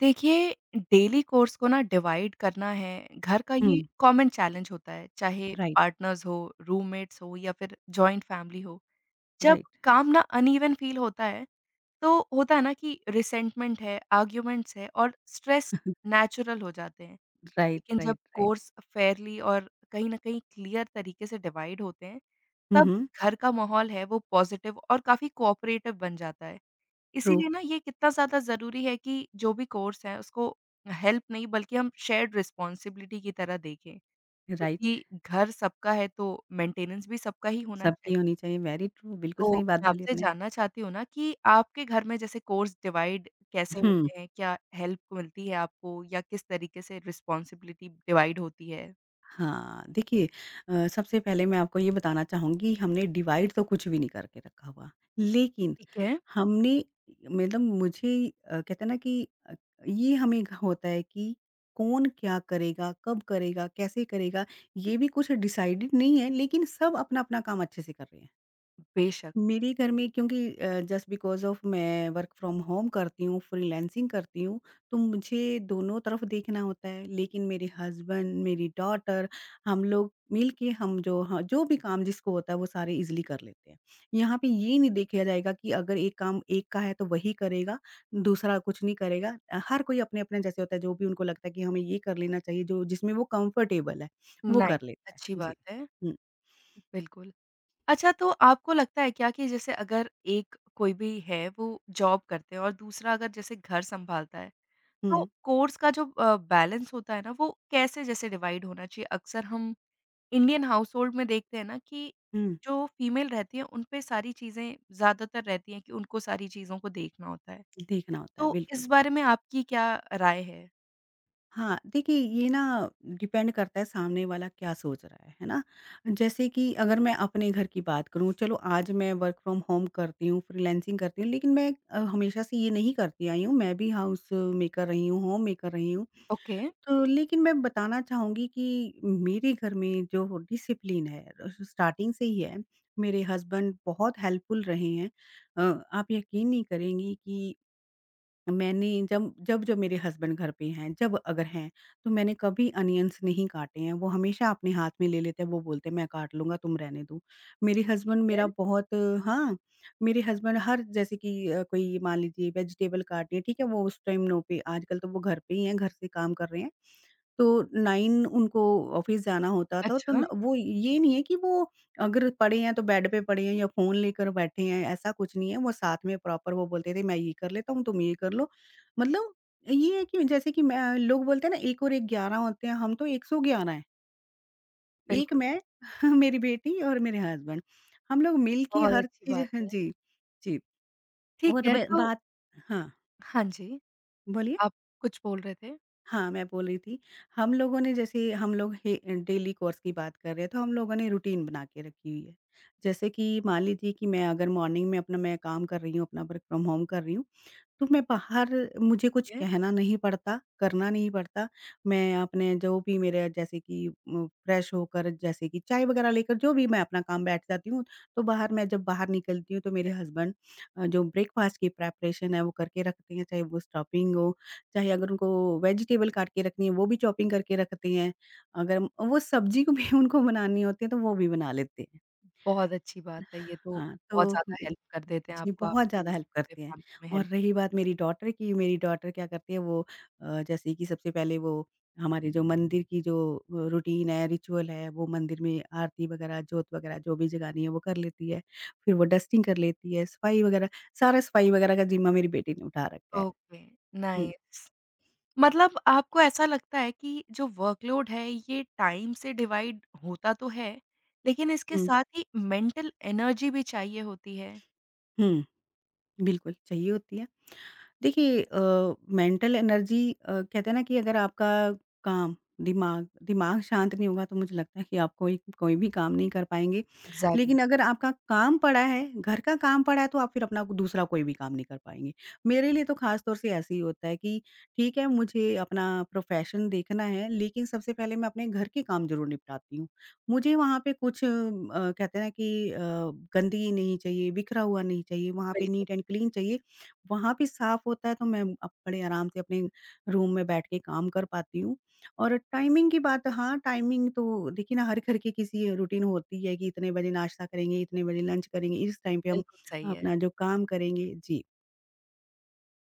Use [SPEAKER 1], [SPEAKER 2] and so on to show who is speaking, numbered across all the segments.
[SPEAKER 1] देखिए, daily course को ना डिवाइड करना है, घर का ये
[SPEAKER 2] हुँ,
[SPEAKER 1] कॉमन चैलेंज होता है, चाहे
[SPEAKER 2] राइट,
[SPEAKER 1] पार्टनर्स हो, रूममेट्स हो या फिर जॉइंट फैमिली हो। जब
[SPEAKER 2] राइट,
[SPEAKER 1] काम ना अनइवन फील होता है, तो होता है ना कि रिसेंटमेंट है, आर्ग्यूमेंट्स है और स्ट्रेस नेचुरल हो जाते हैं।
[SPEAKER 2] राइट,
[SPEAKER 1] लेकिन जब
[SPEAKER 2] राइट, राइट।
[SPEAKER 1] कोर्स फेयरली और कहीं न कहीं क्लियर तरीके से डिवाइड होते हैं,
[SPEAKER 2] हुँ,
[SPEAKER 1] तब
[SPEAKER 2] हुँ,
[SPEAKER 1] घर का माहौल है वो पॉज़िटिव और काफ़ी कोऑपरेटिव बन जाता है।
[SPEAKER 2] ट्रू,
[SPEAKER 1] इसीलिए ना ये कितना ज़्यादा ज़रूरी है कि जो भी कोर्स है उसको हेल्प नहीं बल्कि हम शेयर्ड रिस्पॉन्सिबिलिटी की तरह देखें।
[SPEAKER 2] राइट,
[SPEAKER 1] क्योंकि घर सबका है तो मेंटेनेंस भी सबका ही होना चाहिए।
[SPEAKER 2] सबकी होनी चाहिए, वेरी ट्रू, बिल्कुल
[SPEAKER 1] तो
[SPEAKER 2] सही बात
[SPEAKER 1] मैं
[SPEAKER 2] बोली
[SPEAKER 1] आपसे
[SPEAKER 2] आपने।
[SPEAKER 1] जानना चाहती हूँ ना कि आपके घर में जैसे कोर्स डिवाइड कैसे
[SPEAKER 2] हुँ,
[SPEAKER 1] होते हैं? क्या हेल्प मिलती है आपको या किस तरीके से रिस्पॉन्सिबिलिटी डिवाइड होती है?
[SPEAKER 2] हाँ, देखिए सबसे पहले मैं आपको ये बताना चाहूँगी हमने डिवाइड तो कुछ भी नहीं करके रखा हुआ, लेकिन
[SPEAKER 1] ठीक है,
[SPEAKER 2] हमने मतलब मुझे कहते हैं ना कि ये हमें होता है कि कौन क्या करेगा, कब करेगा, कैसे करेगा, ये भी कुछ डिसाइडेड नहीं है, लेकिन सब अपना-अपना काम अच्छे से कर रहे हैं।
[SPEAKER 1] बेशक।
[SPEAKER 2] मेरे घर में क्योंकि जस्ट बिकॉज़ ऑफ मैं वर्क फ्रॉम होम करती हूँ, फ्रीलांसिंग करती हूँ, तो मुझे दोनों तरफ देखना होता है। लेकिन मेरे हस्बैंड, मेरी डॉटर, हम लोग मिल के हम जो ह जो भी काम जिसको होता है वो सारे ईज़िली कर लेते हैं। यहाँ पे ये नहीं देखा जाएगा कि अगर एक काम एक का है तो वही करेगा, दूसरा कुछ नहीं करेगा। हर कोई अपने-अपने जैसे होता है जो भी उनको लगता है कि हमें ये कर लेना चाहिए जो जिसमें वो कंफर्टेबल है, वो
[SPEAKER 1] नाइस,
[SPEAKER 2] कर लेता
[SPEAKER 1] अच्छी
[SPEAKER 2] है। जी।
[SPEAKER 1] बात है।
[SPEAKER 2] हुँ,
[SPEAKER 1] बिल्कुल। अच्छा तो आपको लगता है क्या कि जैसे अगर एक कोई भी है वो जॉब करते हैं और दूसरा अगर जैसे घर संभालता है, तो
[SPEAKER 2] हुँ,
[SPEAKER 1] कोर्स का जो बैलेंस होता है ना वो कैसे जैसे डिवाइड होना चाहिए? अक्सर हम इंडियन हाउसहोल्ड में देखते हैं ना कि
[SPEAKER 2] हुँ,
[SPEAKER 1] जो फीमेल रहती है उन पे सारी चीज़ें ज़्यादातर रहती हैं कि उनको सारी चीज़ों को देखना होता है।
[SPEAKER 2] देखना होता है,
[SPEAKER 1] तो
[SPEAKER 2] बिल्कुल।
[SPEAKER 1] इस बारे में आपकी क्या राय है?
[SPEAKER 2] हाँ, देखिए ये ना डिपेंड करता है सामने वाला क्या सोच रहा है ना? जैसे कि अगर मैं अपने घर की बात करूँ, चलो आज मैं वर्क फ्रॉम होम करती हूँ, फ्रीलांसिंग करती हूँ, लेकिन मैं हमेशा से ये नहीं करती आई हूँ, मैं भी हाउस मेकर रही हूँ, होम मेकर रही हूँ।
[SPEAKER 1] ओके,
[SPEAKER 2] तो लेकिन मैं बताना चाहूँगी कि मेरे घर में जो डिसिप्लिन है स्टार्टिंग से ही है, मेरे हस्बैंड बहुत हेल्पफुल रहे हैं। आप यकीन नहीं करेंगी कि मैंने जब जब जो मेरे हस्बैंड घर पे हैं, जब अगर हैं, तो मैंने कभी अनियंस नहीं काटे हैं, वो हमेशा अपने हाथ में ले लेते हैं, वो बोलते हैं मैं काट लूँगा तुम रहने दो। मेरे
[SPEAKER 1] ठीक
[SPEAKER 2] हस्बैंड
[SPEAKER 1] है।
[SPEAKER 2] मेरा बहुत हाँ, मेरे हस्बैंड हर जैसे कि कोई मान लीजिए वेजिटेबल काटनी है, ठीक है, वो उस टाइम नो पे आजकल तो वो घर पे ही हैं, घर से काम कर रहे हैं। तो 9 उनको ऑफ़िस जाना होता था, तो
[SPEAKER 1] अच्छा,
[SPEAKER 2] न वो ये नहीं है कि वो अगर पड़े हैं, तो बेड पे पड़े हैं या फ़ोन लेकर बैठे हैं, ऐसा कुछ नहीं है। वो साथ में प्रॉपर वो बोलते थे, "मैं ये कर लेता हूँ, तुम ये कर लो।" मतलब ये है कि जैसे कि मैं लोग बोलते हैं ना, 1 और 1 11 होते हैं, हम तो 111 हैं। 1
[SPEAKER 1] बिल्कुल,
[SPEAKER 2] मैं, मेरी बेटी और मेरे हस्बैंड। हम लोग मिल के
[SPEAKER 1] बहुत
[SPEAKER 2] हर
[SPEAKER 1] अच्छी
[SPEAKER 2] चीज़
[SPEAKER 1] बात
[SPEAKER 2] हाँ
[SPEAKER 1] है।
[SPEAKER 2] जी, जी।
[SPEAKER 1] ठीक
[SPEAKER 2] और
[SPEAKER 1] है,
[SPEAKER 2] ब
[SPEAKER 1] तो
[SPEAKER 2] बात हाँ,
[SPEAKER 1] हाँ जी,
[SPEAKER 2] बोलिए?
[SPEAKER 1] आप कुछ बोल रहे थे?
[SPEAKER 2] हाँ, मैं बोल रही थी, हम लोगों ने जैसे हम लोग हे डेली कोर्स की बात कर रहे हैं, तो हम लोगों ने रूटीन बना के रखी हुई है। जैसे कि मान लीजिए कि मैं अगर मॉर्निंग में अपना मैं काम कर रही हूँ, अपना वर्क फ्रॉम होम कर रही हूँ, तो मैं बाहर मुझे कुछ कहना नहीं पड़ता, करना नहीं पड़ता। मैं अपने जो भी मेरे जैसे कि फ्रेश होकर जैसे कि चाय वगैरह लेकर जो भी मैं अपना काम बैठ जाती हूँ, तो बाहर मैं जब बाहर निकलती हूँ तो मेरे हस्बैंड जो ब्रेकफ़ास्ट की प्रेपरेशन है वो करके रखते हैं, चाहे वो स्टफिंग हो, चाहे अगर उनको वेजिटेबल काट के रखनी है वो भी चॉपिंग करके रखते हैं। अगर वो सब्ज़ी को भी उनको बनानी होती है तो वो भी बना लेते हैं।
[SPEAKER 1] बहुत अच्छी बात है, ये तो
[SPEAKER 2] हाँ,
[SPEAKER 1] बहुत
[SPEAKER 2] तो
[SPEAKER 1] ज़्यादा
[SPEAKER 2] बि
[SPEAKER 1] हेल्प कर देते हैं
[SPEAKER 2] जी,
[SPEAKER 1] आपको
[SPEAKER 2] बहुत ज़्यादा
[SPEAKER 1] आपकी
[SPEAKER 2] हेल्प
[SPEAKER 1] पूरे
[SPEAKER 2] करती हैं
[SPEAKER 1] फैमिली में
[SPEAKER 2] और
[SPEAKER 1] हेल्प।
[SPEAKER 2] रही बात मेरी डॉटर की, मेरी डॉटर क्या करती है वो जैसे कि सबसे पहले वो हमारे जो मंदिर की जो रूटीन है, रिचुअल है, वो मंदिर में आरती वगैरह, जोत वगैरह जो भी जगानी है वो कर लेती है। फिर वो डस्टिंग कर लेती है, सफाई वगैरह सारा सफाई वगैरह का ज़िम्मा मेरी बेटी ने उठा रखा है।
[SPEAKER 1] ओके,
[SPEAKER 2] हुँ,
[SPEAKER 1] नाइस। मतलब आपको ऐसा लगता है कि जो वर्कलोड है ये टाइम से डिवाइड होता तो है, लेकिन इसके
[SPEAKER 2] हुँ,
[SPEAKER 1] साथ ही मेंटल एनर्जी भी चाहिए होती है?
[SPEAKER 2] हुँ, बिल्कुल चाहिए होती है। देखिए मेंटल एनर्जी कहते हैं ना कि अगर आपका काम दिमाग दिमाग शांत नहीं होगा तो मुझे लगता है कि आप कोई कोई भी काम नहीं कर पाएँगे।
[SPEAKER 1] एग्ज़ैक्टली,
[SPEAKER 2] लेकिन अगर आपका काम पड़ा है, घर का काम पड़ा है तो आप फिर अपना दूसरा कोई भी काम नहीं कर पाएँगे। मेरे लिए तो ख़ास तौर से ऐसे ही होता है कि ठीक है मुझे अपना प्रोफ़ेशन देखना है लेकिन सबसे पहले मैं अपने घर के काम ज़रूर निपटाती हूँ। मुझे वहाँ पे कुछ कहते हैं ना कि गंदगी नहीं चाहिए, बिखरा हुआ नहीं चाहिए, वहाँ पे
[SPEAKER 1] बिल्कुल,
[SPEAKER 2] नीट एंड क्लीन चाहिए। वहाँ भी साफ़ होता है तो मैं अब बड़े आराम से अपने रूम में बैठ के काम कर पाती हूँ। और टाइमिंग की बात हाँ, टाइमिंग तो देखिए ना हर घर की किसी रूटीन होती है कि इतने बजे नाश्ता करेंगे, इतने बजे लंच करेंगे, इस टाइम पे हम
[SPEAKER 1] बिल्कुल सही है।
[SPEAKER 2] अपना जो काम करेंगे। जी।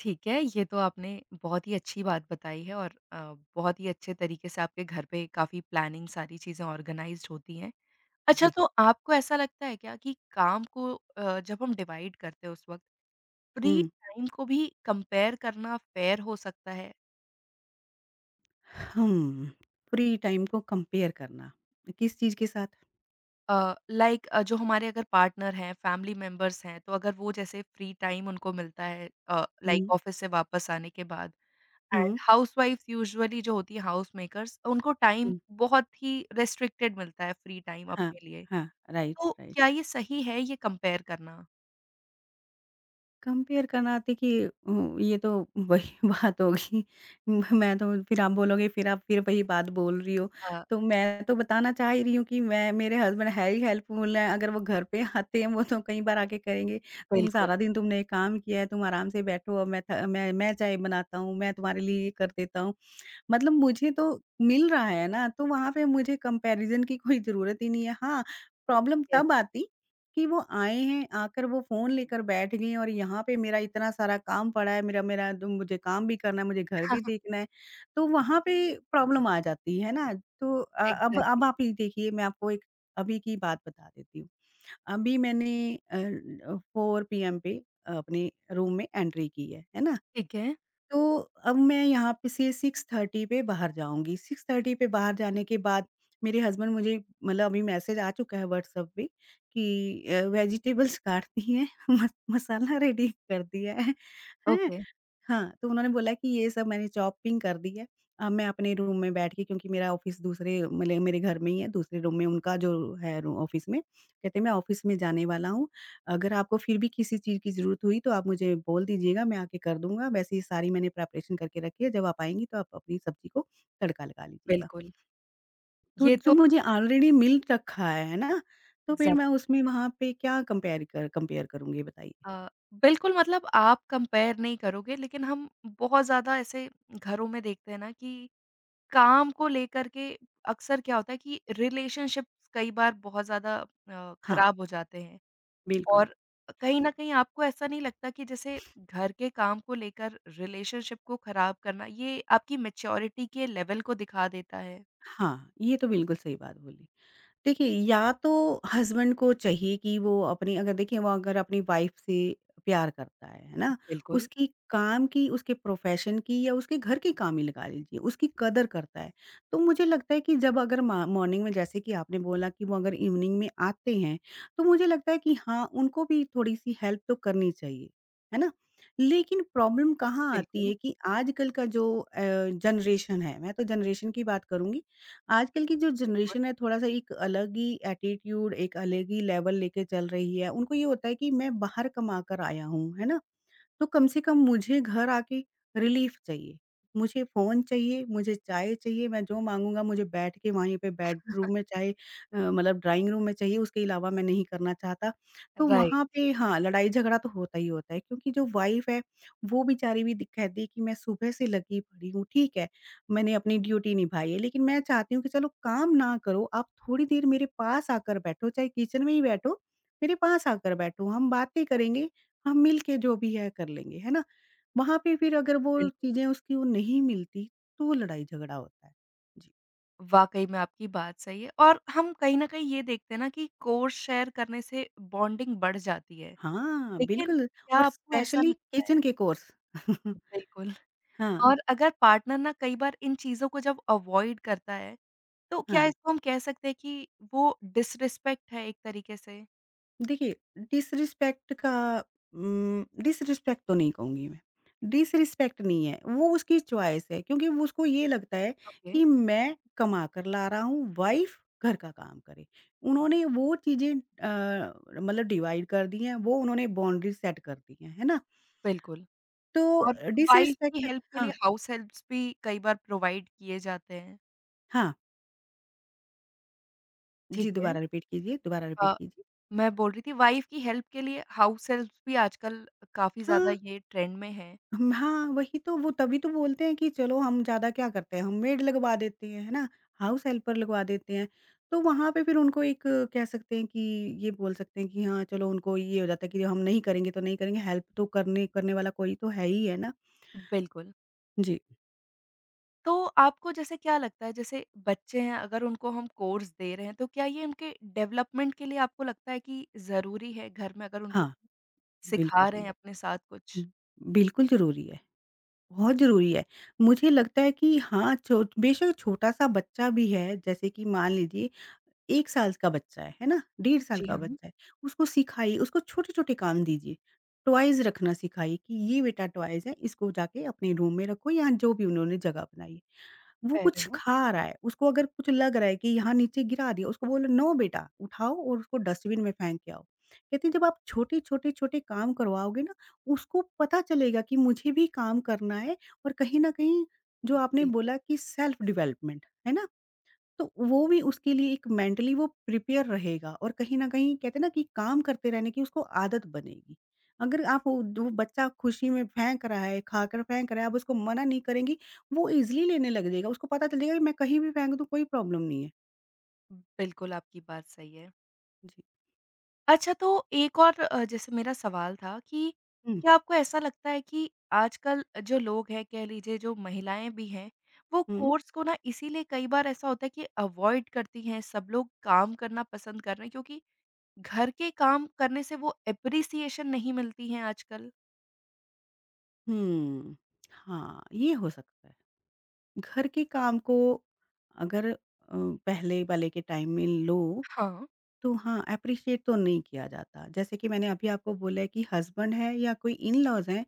[SPEAKER 1] ठीक है, ये तो आपने बहुत ही अच्छी बात बताई है और बहुत ही अच्छे तरीके से आपके घर पे काफ़ी प्लानिंग सारी चीज़ें ऑर्गेनाइज़्ड होती हैं। अच्छा
[SPEAKER 2] जी।
[SPEAKER 1] तो आपको ऐसा लगता है क्या कि काम को जब हम डिवाइड करते हैं उस वक़्त फ्री
[SPEAKER 2] हुँ।
[SPEAKER 1] टाइम को भी कंपेयर करना फ़ेयर हो सकता है?
[SPEAKER 2] हुँ, फ्री टाइम को कंपेयर करना, किस चीज़ के साथ?
[SPEAKER 1] लाइक जो हमारे अगर पार्टनर हैं, फैमिली मेंबर्स हैं, तो अगर वो जैसे फ्री टाइम उनको मिलता है लाइक
[SPEAKER 2] हुँ,
[SPEAKER 1] ऑफिस से वापस आने के बाद एंड
[SPEAKER 2] हुँ,
[SPEAKER 1] हाउसवाइफ्स यूजुअली जो होती हैं हाउस मेकर्स उनको टाइम
[SPEAKER 2] हुँ।
[SPEAKER 1] बहुत ही रिस्ट्रिक्टेड मिलता है फ्री टाइम
[SPEAKER 2] हाँ,
[SPEAKER 1] अपने लिए।
[SPEAKER 2] हाँ, राइट,
[SPEAKER 1] तो
[SPEAKER 2] राइट।
[SPEAKER 1] क्या ये सही है ये कंपेयर करना?
[SPEAKER 2] कंपेयर करना देखिए ये तो वही बात होगी। मैं तो फिर आप बोलोगे फिर आप फिर वही बात बोल रही हो।
[SPEAKER 1] अ,
[SPEAKER 2] तो मैं तो बताना चाह ही रही हूँ कि मैं मेरे हस्बैंड है ही हेल्पफुल हैं। अगर वो घर पे आते हैं वो तो कई बार आके कहेंगे, "तुम
[SPEAKER 1] बिल्कुल,
[SPEAKER 2] सारा दिन तुमने ये काम किया है, तुम आराम से बैठो अब मैं थ मैं चाय बनाता हूँ, मैं तुम्हारे लिए ये कर देता हूँ।" मतलब मुझे तो मिल रहा है ना, तो वहाँ पे मुझे कंपैरिज़न की कोई ज़रूरत ही नहीं है। हाँ, प्रॉब्लम
[SPEAKER 1] यस।
[SPEAKER 2] तब आती कि वो आए हैं, आकर वो फ़ोन लेकर बैठ गए हैं और यहाँ पे मेरा इतना सारा काम पड़ा है, मेरा मेरा द मुझे काम भी करना है, मुझे घर भी देखना है, तो वहाँ पे प्रॉब्लम आ जाती है ना। तो अब
[SPEAKER 1] एग्ज़ैक्टली,
[SPEAKER 2] अब आप ये देखिए मैं आपको एक अभी की बात बता देती हूँ। अभी मैंने अ, 4 पीएम पे अपने रूम में एंट्री की है ना?
[SPEAKER 1] ठीक है,
[SPEAKER 2] तो अब मैं यहाँ पे से 6:30 पे बाहर जाऊँगी, 6:30 पे बाहर जाने के बाद मेरे हस्बैंड मुझे मतलब अभी मैसेज आ चुका है व्हाट्सएप पे कि वेजिटेबल्स काट दी हैं, मस मसाला रेडी कर दिया है, हैं?
[SPEAKER 1] ओके।
[SPEAKER 2] हाँ, तो उन्होंने बोला कि ये सब मैंने चॉपिंग कर दी है। अब मैं अपने रूम में बैठ के क्योंकि मेरा ऑफ़िस दूसरे मले मेरे घर में ही है, दूसरे रूम में उनका जो है रू ऑफ़िस में, कहते मैं ऑफ़िस में जाने वाला हूँ। अगर आपको फिर भी किसी चीज़ की ज़रूरत हुई तो आप मुझे बोल दीजिएगा, मैं आके कर दूँगा। वैसे ही सारी मैंने प्रिपरेशन करके रखी है, जब आप आएँगी तो आप अपनी सब्ज़ी को तड़का लगा लीजिएगा।
[SPEAKER 1] बिल्कुल,
[SPEAKER 2] तो
[SPEAKER 1] ये
[SPEAKER 2] जो
[SPEAKER 1] तो
[SPEAKER 2] मुझे ऑलरेडी मिल रखा है ना? तो फिर
[SPEAKER 1] एग्ज़ैक्ट
[SPEAKER 2] मैं उसमें वहाँ पे क्या कंपेयर करूँगी बताइए?
[SPEAKER 1] अ, बिल्कुल मतलब आप कंपेयर नहीं करोगे लेकिन हम बहुत ज़्यादा ऐसे घरों में देखते हैं ना कि काम को लेकर के अक्सर क्या होता है कि रिलेशनशिप्स कई बार बहुत ज़्यादा
[SPEAKER 2] हाँ,
[SPEAKER 1] खराब हो जाते हैं
[SPEAKER 2] बिल्कुल।
[SPEAKER 1] और कहीं न कहीं आपको ऐसा नहीं लगता कि जैसे घर के काम को लेकर रिलेशनशिप को खराब करना ये आपकी मैच्योरिटी के लेवल को दिखा देता है?
[SPEAKER 2] हाँ, ये तो बिल्कुल सही बात बोली। देखिए, या तो हस्बैंड को चाहिए कि वो अपनी अगर देखिए वो अगर अपनी वाइफ़ से प्यार करता है ना?
[SPEAKER 1] बिल्कुल,
[SPEAKER 2] उसकी काम की, उसके प्रोफ़ेशन की या उसके घर के काम ही लगा लीजिए, उसकी कदर करता है। तो मुझे लगता है कि जब अगर मा मॉर्निंग में जैसे कि आपने बोला कि वो अगर इवनिंग में आते हैं, तो मुझे लगता है कि हाँ, उनको भी थोड़ी-सी हेल्प तो करनी चाहिए, है ना? लेकिन प्रॉब्लम कहाँ आती
[SPEAKER 1] बिल्कुल,
[SPEAKER 2] है कि आजकल का जो जनरेशन है, मैं तो जनरेशन की बात करूँगी आजकल की जो
[SPEAKER 1] बिल्कुल।
[SPEAKER 2] जनरेशन है थोड़ा-सा एक अलग ही एटीट्यूड, एक अलग ही लेवल लेके चल रही है। उनको ये होता है कि मैं बाहर कमा कर आया हूँ, है ना? तो कम से कम मुझे घर आके रिलीफ चाहिए। मुझे फ़ोन चाहिए, मुझे चाय चाहिए, मैं जो माँगूँगा मुझे बैठ के वहीं पे बेडरूम में चाहे मतलब ड्राइंग रूम में चाहिए, उसके अलावा मैं नहीं करना चाहता। तो वहाँ
[SPEAKER 1] राइट,
[SPEAKER 2] पे हाँ, लड़ाई-झगड़ा तो होता ही होता है क्योंकि जो वाइफ़ है, वो बेचारी भी दिक कहती है कि मैं सुबह से लगी पड़ी हूँ, ठीक है, मैंने अपनी ड्यूटी निभाई है, लेकिन मैं चाहती हूँ कि चलो काम ना करो, आप थोड़ी देर मेरे पास आकर बैठो, चाहे किचन में ही बैठो, मेरे पास आकर बैठो, हम बातें करेंगे। हम मिल के जो भी है कर लेंगे, है ना? वहाँ पे फिर अगर वो
[SPEAKER 1] बिल्कुल।
[SPEAKER 2] चीज़ें उसकी वो नहीं मिलती, तो वो लड़ाई-झगड़ा होता है। जी।
[SPEAKER 1] वाक़ई में आपकी बात सही है और हम कहीं न कहीं ये देखते हैं ना कि कोर्स शेयर करने से बॉन्डिंग बढ़ जाती है।
[SPEAKER 2] हाँ,
[SPEAKER 1] लेकिन
[SPEAKER 2] बिल्कुल
[SPEAKER 1] क्या
[SPEAKER 2] और
[SPEAKER 1] आपको ऐसा
[SPEAKER 2] स्पेशली
[SPEAKER 1] लगता है
[SPEAKER 2] किचन के कोर्स।
[SPEAKER 1] बिल्कुल
[SPEAKER 2] हाँ,
[SPEAKER 1] और अगर पार्टनर ना कई बार इन चीज़ों को जब अवॉइड करता है, तो क्या
[SPEAKER 2] हाँ।
[SPEAKER 1] इसको हम कह सकते हैं कि वो डिसरिस्पेक्ट है एक तरीके से?
[SPEAKER 2] देखिए, डिसरिस्पेक्ट का डिसरिस्पेक्ट तो नहीं कहूँगी मैं। डिसरिस्पेक्ट नहीं है, वो उसकी चॉइस है क्योंकि वो उसको ये लगता है
[SPEAKER 1] ओके,
[SPEAKER 2] कि मैं कमा कर ला रहा हूँ, वाइफ़ घर का काम करे। उन्होंने वो चीज़ें मतलब डिवाइड कर दी हैं, वो उन्होंने बाउंड्री सेट कर दी हैं, है ना?
[SPEAKER 1] बिल्कुल और
[SPEAKER 2] तो
[SPEAKER 1] वाइफ़ की
[SPEAKER 2] डिसरिस्पेक्ट
[SPEAKER 1] हेल्प के लिए
[SPEAKER 2] हाँ,
[SPEAKER 1] हाउस हेल्प्स भी कई बार प्रोवाइड किए जाते हैं।
[SPEAKER 2] हाँ। जी,
[SPEAKER 1] ठीक है।
[SPEAKER 2] दोबारा रिपीट कीजिए, दोबारा रिपीट
[SPEAKER 1] अ
[SPEAKER 2] कीजिए।
[SPEAKER 1] मैं बोल रही थी वाइफ की हेल्प के लिए हाउस हेल्प्स भी आजकल काफ़ी ज़्यादा
[SPEAKER 2] हाँ।
[SPEAKER 1] ये ट्रेंड में हैं।
[SPEAKER 2] हम हाँ, वही तो वो तभी तो बोलते हैं कि चलो हम ज़्यादा क्या करते हैं, हम मेड लगवा देते हैं, है ना? हाउस हेल्पर लगवा देते हैं। तो वहाँ पे फिर उनको एक कह सकते हैं कि ये बोल सकते हैं कि हाँ, चलो उनको ये हो जाता है कि हम नहीं करेंगे तो नहीं करेंगे, हेल्प तो करने करने वाला कोई तो है ही, है ना?
[SPEAKER 1] बिल्कुल।
[SPEAKER 2] जी,
[SPEAKER 1] तो आपको जैसे क्या लगता है जैसे बच्चे हैं अगर उनको हम कोर्स दे रहे हैं तो क्या ये उनके डेवलपमेंट के लिए आपको लगता है कि ज़रूरी है घर में अगर उनको
[SPEAKER 2] हाँ,
[SPEAKER 1] सिखा
[SPEAKER 2] बिल्कुल।
[SPEAKER 1] रहे हैं अपने साथ कुछ?
[SPEAKER 2] उम, बिल्कुल ज़रूरी है, बहुत ज़रूरी है। मुझे लगता है कि हाँ, छो बेशक छोटा-सा बच्चा भी है, जैसे कि मान लीजिए 1 साल का बच्चा है ना? 1.5 साल
[SPEAKER 1] जी
[SPEAKER 2] का
[SPEAKER 1] हाँ।
[SPEAKER 2] बच्चा है, उसको सिखाइए, उसको छोटे-छोटे काम दीजिए। टॉयज़ रखना सिखाइए कि ये बेटा टॉयज़ है, इसको जाके अपने रूम में रखो या जो भी उन्होंने जगह बनाई है। वो
[SPEAKER 1] फ़ेयर है
[SPEAKER 2] कुछ
[SPEAKER 1] ना?
[SPEAKER 2] खा रहा है, उसको अगर कुछ लग रहा है कि यहाँ नीचे गिरा दिया, उसको बोलो, "नो बेटा, उठाओ और उसको डस्टबिन में फेंक के आओ।" कहती है, "जब आप छोटे-छोटे छोटे छोटे काम करवाओगे ना, उसको पता चलेगा कि मुझे भी काम करना है और कहीं न कहीं जो आपने
[SPEAKER 1] बिल्कुल,
[SPEAKER 2] बोला कि सेल्फ डेवलपमेंट, है ना? तो वो भी उसके लिए एक मेंटली वो प्रिपेयर रहेगा और कहीं न कहीं कहते हैं ना कि काम करते रहने की उसको आदत बनेगी। अगर आप वो जो बच्चा खुशी में फेंक रहा है, खाकर फेंक रहा है, आप उसको मना नहीं करेंगी, वो ईज़िली लेने लग जाएगा। उसको पता चल जाएगा कि मैं कहीं भी फेंक दूँ कोई प्रॉब्लम नहीं है।
[SPEAKER 1] बिल्कुल आपकी बात सही है।
[SPEAKER 2] जी।
[SPEAKER 1] अच्छा तो एक और जैसे मेरा सवाल था कि
[SPEAKER 2] हुँ,
[SPEAKER 1] क्या आपको ऐसा लगता है कि आजकल जो लोग हैं कह लीजिए जो महिलाएँ भी हैं, वो
[SPEAKER 2] हुँ,
[SPEAKER 1] कोर्स को ना इसीलिए कई बार ऐसा होता है कि अवॉइड करती हैं, सब लोग काम करना पसंद कर रहे हैं क्योंकि घर के काम करने से वो एप्रिसिएशन नहीं मिलती है आजकल?
[SPEAKER 2] हुँ। हाँ, ये हो सकता है। घर के काम को अगर पहले वाले के टाइम में लो
[SPEAKER 1] हाँ,
[SPEAKER 2] तो हाँ, एप्रिशिएट तो नहीं किया जाता। जैसे कि मैंने अभी आपको बोला है कि हस्बैंड है या कोई इन-लॉज़ हैं,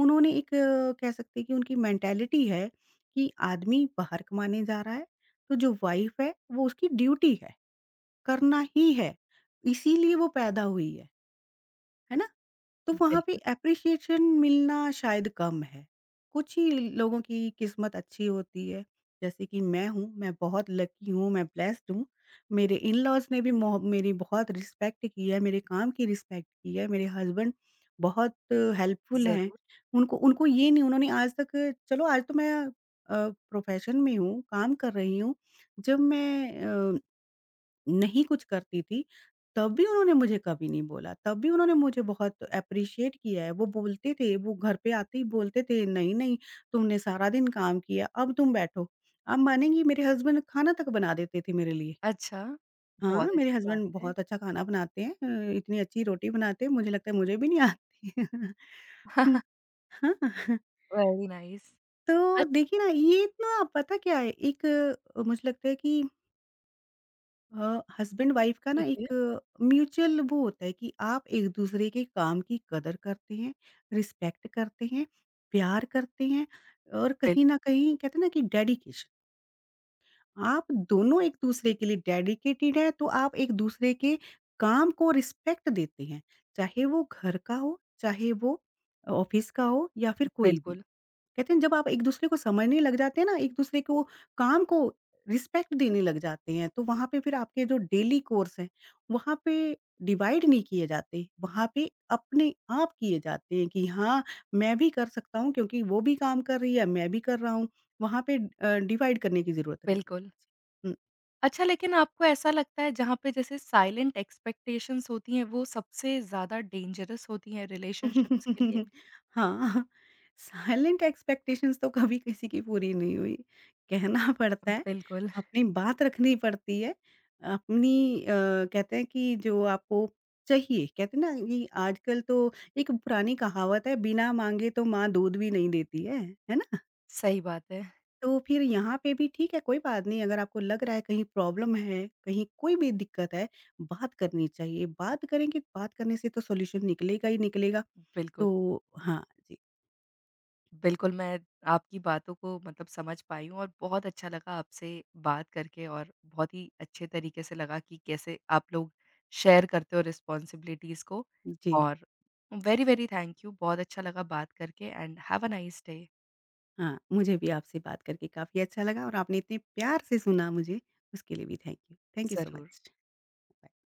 [SPEAKER 2] उन्होंने एक कह सकते हैं कि उनकी मेंटालिटी है कि आदमी बाहर कमाने जा रहा है, तो जो वाइफ़ है वो उसकी ड्यूटी है, करना ही है, इसीलिए वो पैदा हुई है। है ना? तो वहाँ पे
[SPEAKER 1] बिल्कुल,
[SPEAKER 2] एप्रिशिएशन मिलना शायद कम है। कुछ ही लोगों की किस्मत अच्छी होती है, जैसे कि मैं हूँ, मैं बहुत लकी हूँ, मैं ब्लेस्ड हूँ। मेरे इन-लॉज़ ने भी मोह मेरी बहुत रिस्पेक्ट की है, मेरे काम की रिस्पेक्ट की है, मेरे हस्बैंड बहुत हेल्पफुल हैं।
[SPEAKER 1] ज़रूर।
[SPEAKER 2] उनको उनको ये नहीं उन्होंने आज तक चलो आज तो मैं अ, प्रोफ़ेशन में हूँ, काम कर रही हूँ। जब मैं अ नहीं कुछ करती थी, तब भी उन्होंने मुझे कभी नहीं बोला, तब भी उन्होंने मुझे बहुत एप्रिशिएट किया है। वो बोलते थे, वो घर पे आते ही बोलते थे, "नहीं-नहीं, तुमने सारा दिन काम किया, अब तुम बैठो।" आप मानेंगी मेरे हस्बैंड खाना तक बना देते थे मेरे लिए।
[SPEAKER 1] अच्छा,
[SPEAKER 2] हाँ,
[SPEAKER 1] बहुत
[SPEAKER 2] मेरे
[SPEAKER 1] अच्छी बात
[SPEAKER 2] हस्बैंड
[SPEAKER 1] है।
[SPEAKER 2] बहुत अच्छा खाना बनाते हैं इतनी अच्छी रोटी बनाते हैं, मुझे लगता है मुझे भी नहीं आती। हुँ, हाँ,
[SPEAKER 1] वेरी नाइस। अ,
[SPEAKER 2] तो देखिए ना ये इतना पता क्या है एक मुझे लगता है कि हस्बैंड वाइफ का ना
[SPEAKER 1] ठीक
[SPEAKER 2] एक
[SPEAKER 1] है।
[SPEAKER 2] म्यूचुअल वो होता है कि आप एक दूसरे के काम की कदर करते हैं, रिस्पेक्ट करते हैं, प्यार करते हैं और कहीं
[SPEAKER 1] बिल्कुल,
[SPEAKER 2] न कहीं कहते हैं ना कि डेडिकेशन। आप दोनों एक दूसरे के लिए डेडिकेटेड हैं तो आप एक दूसरे के काम को रिस्पेक्ट देते हैं। चाहे वो घर का हो, चाहे वो ऑफिस का हो या फिर कोई भी।
[SPEAKER 1] बिल्कुल,
[SPEAKER 2] कहते हैं जब आप एक-दूसरे को समझने लग जाते हैं ना, एक-दूसरे को काम को रिस्पेक्ट देने लग जाते हैं, तो वहाँ पे फिर आपके जो डेली कोर्स हैं, वहाँ पे डिवाइड नहीं किए जाते। वहाँ पे अपने आप किए जाते हैं कि हाँ, मैं भी कर सकता हूँ क्योंकि वो भी काम कर रही है, मैं भी कर रहा हूँ। वहाँ पे डिवाइड करने की ज़रूरत नहीं है।
[SPEAKER 1] बिल्कुल।
[SPEAKER 2] हुँ।
[SPEAKER 1] अच्छा लेकिन आपको ऐसा लगता है जहाँ पे जैसे साइलेंट एक्सपेक्टेशंस होती हैं वो सबसे ज़्यादा डेंजरस होती हैं रिलेशनशिप्स के लिए?
[SPEAKER 2] हाँ, साइलेंट एक्सपेक्टेशंस तो कभी किसी की पूरी नहीं हुई। कहना पड़ता है,
[SPEAKER 1] बिल्कुल,
[SPEAKER 2] अपनी बात रखनी पड़ती है, अपनी अ, कहते हैं कि जो आपको चाहिए, कहते हैं ना ये आजकल तो एक पुरानी कहावत है, बिना माँगे तो माँ दूध भी नहीं देती है ना?
[SPEAKER 1] सही बात है।
[SPEAKER 2] तो फिर यहाँ पे भी ठीक है, कोई बात नहीं, अगर आपको लग रहा है कहीं प्रॉब्लम है, कहीं कोई भी दिक्कत है, बात करनी चाहिए। बात करेंगे, बात करने से तो सॉल्यूशन निकलेगा ही निकलेगा।
[SPEAKER 1] बिल्कुल,
[SPEAKER 2] तो हाँ, जी,
[SPEAKER 1] बिल्कुल मैं आपकी बातों को मतलब समझ पाई हूँ और बहुत अच्छा लगा आपसे बात करके और बहुत ही अच्छे तरीके से लगा कि कैसे आप लोग शेयर करते हो रिस्पॉन्सिबिलिटीज़ को
[SPEAKER 2] जी,
[SPEAKER 1] और वेरी, वेरी थैंक यू बहुत अच्छा लगा बात करके and have a nice day.
[SPEAKER 2] हाँ, मुझे भी आपसे बात करके काफ़ी अच्छा लगा और आपने इतने प्यार से सुना मुझे, उसके लिए भी thank you. Thank you so
[SPEAKER 1] ज़रूर।
[SPEAKER 2] मच। बाय।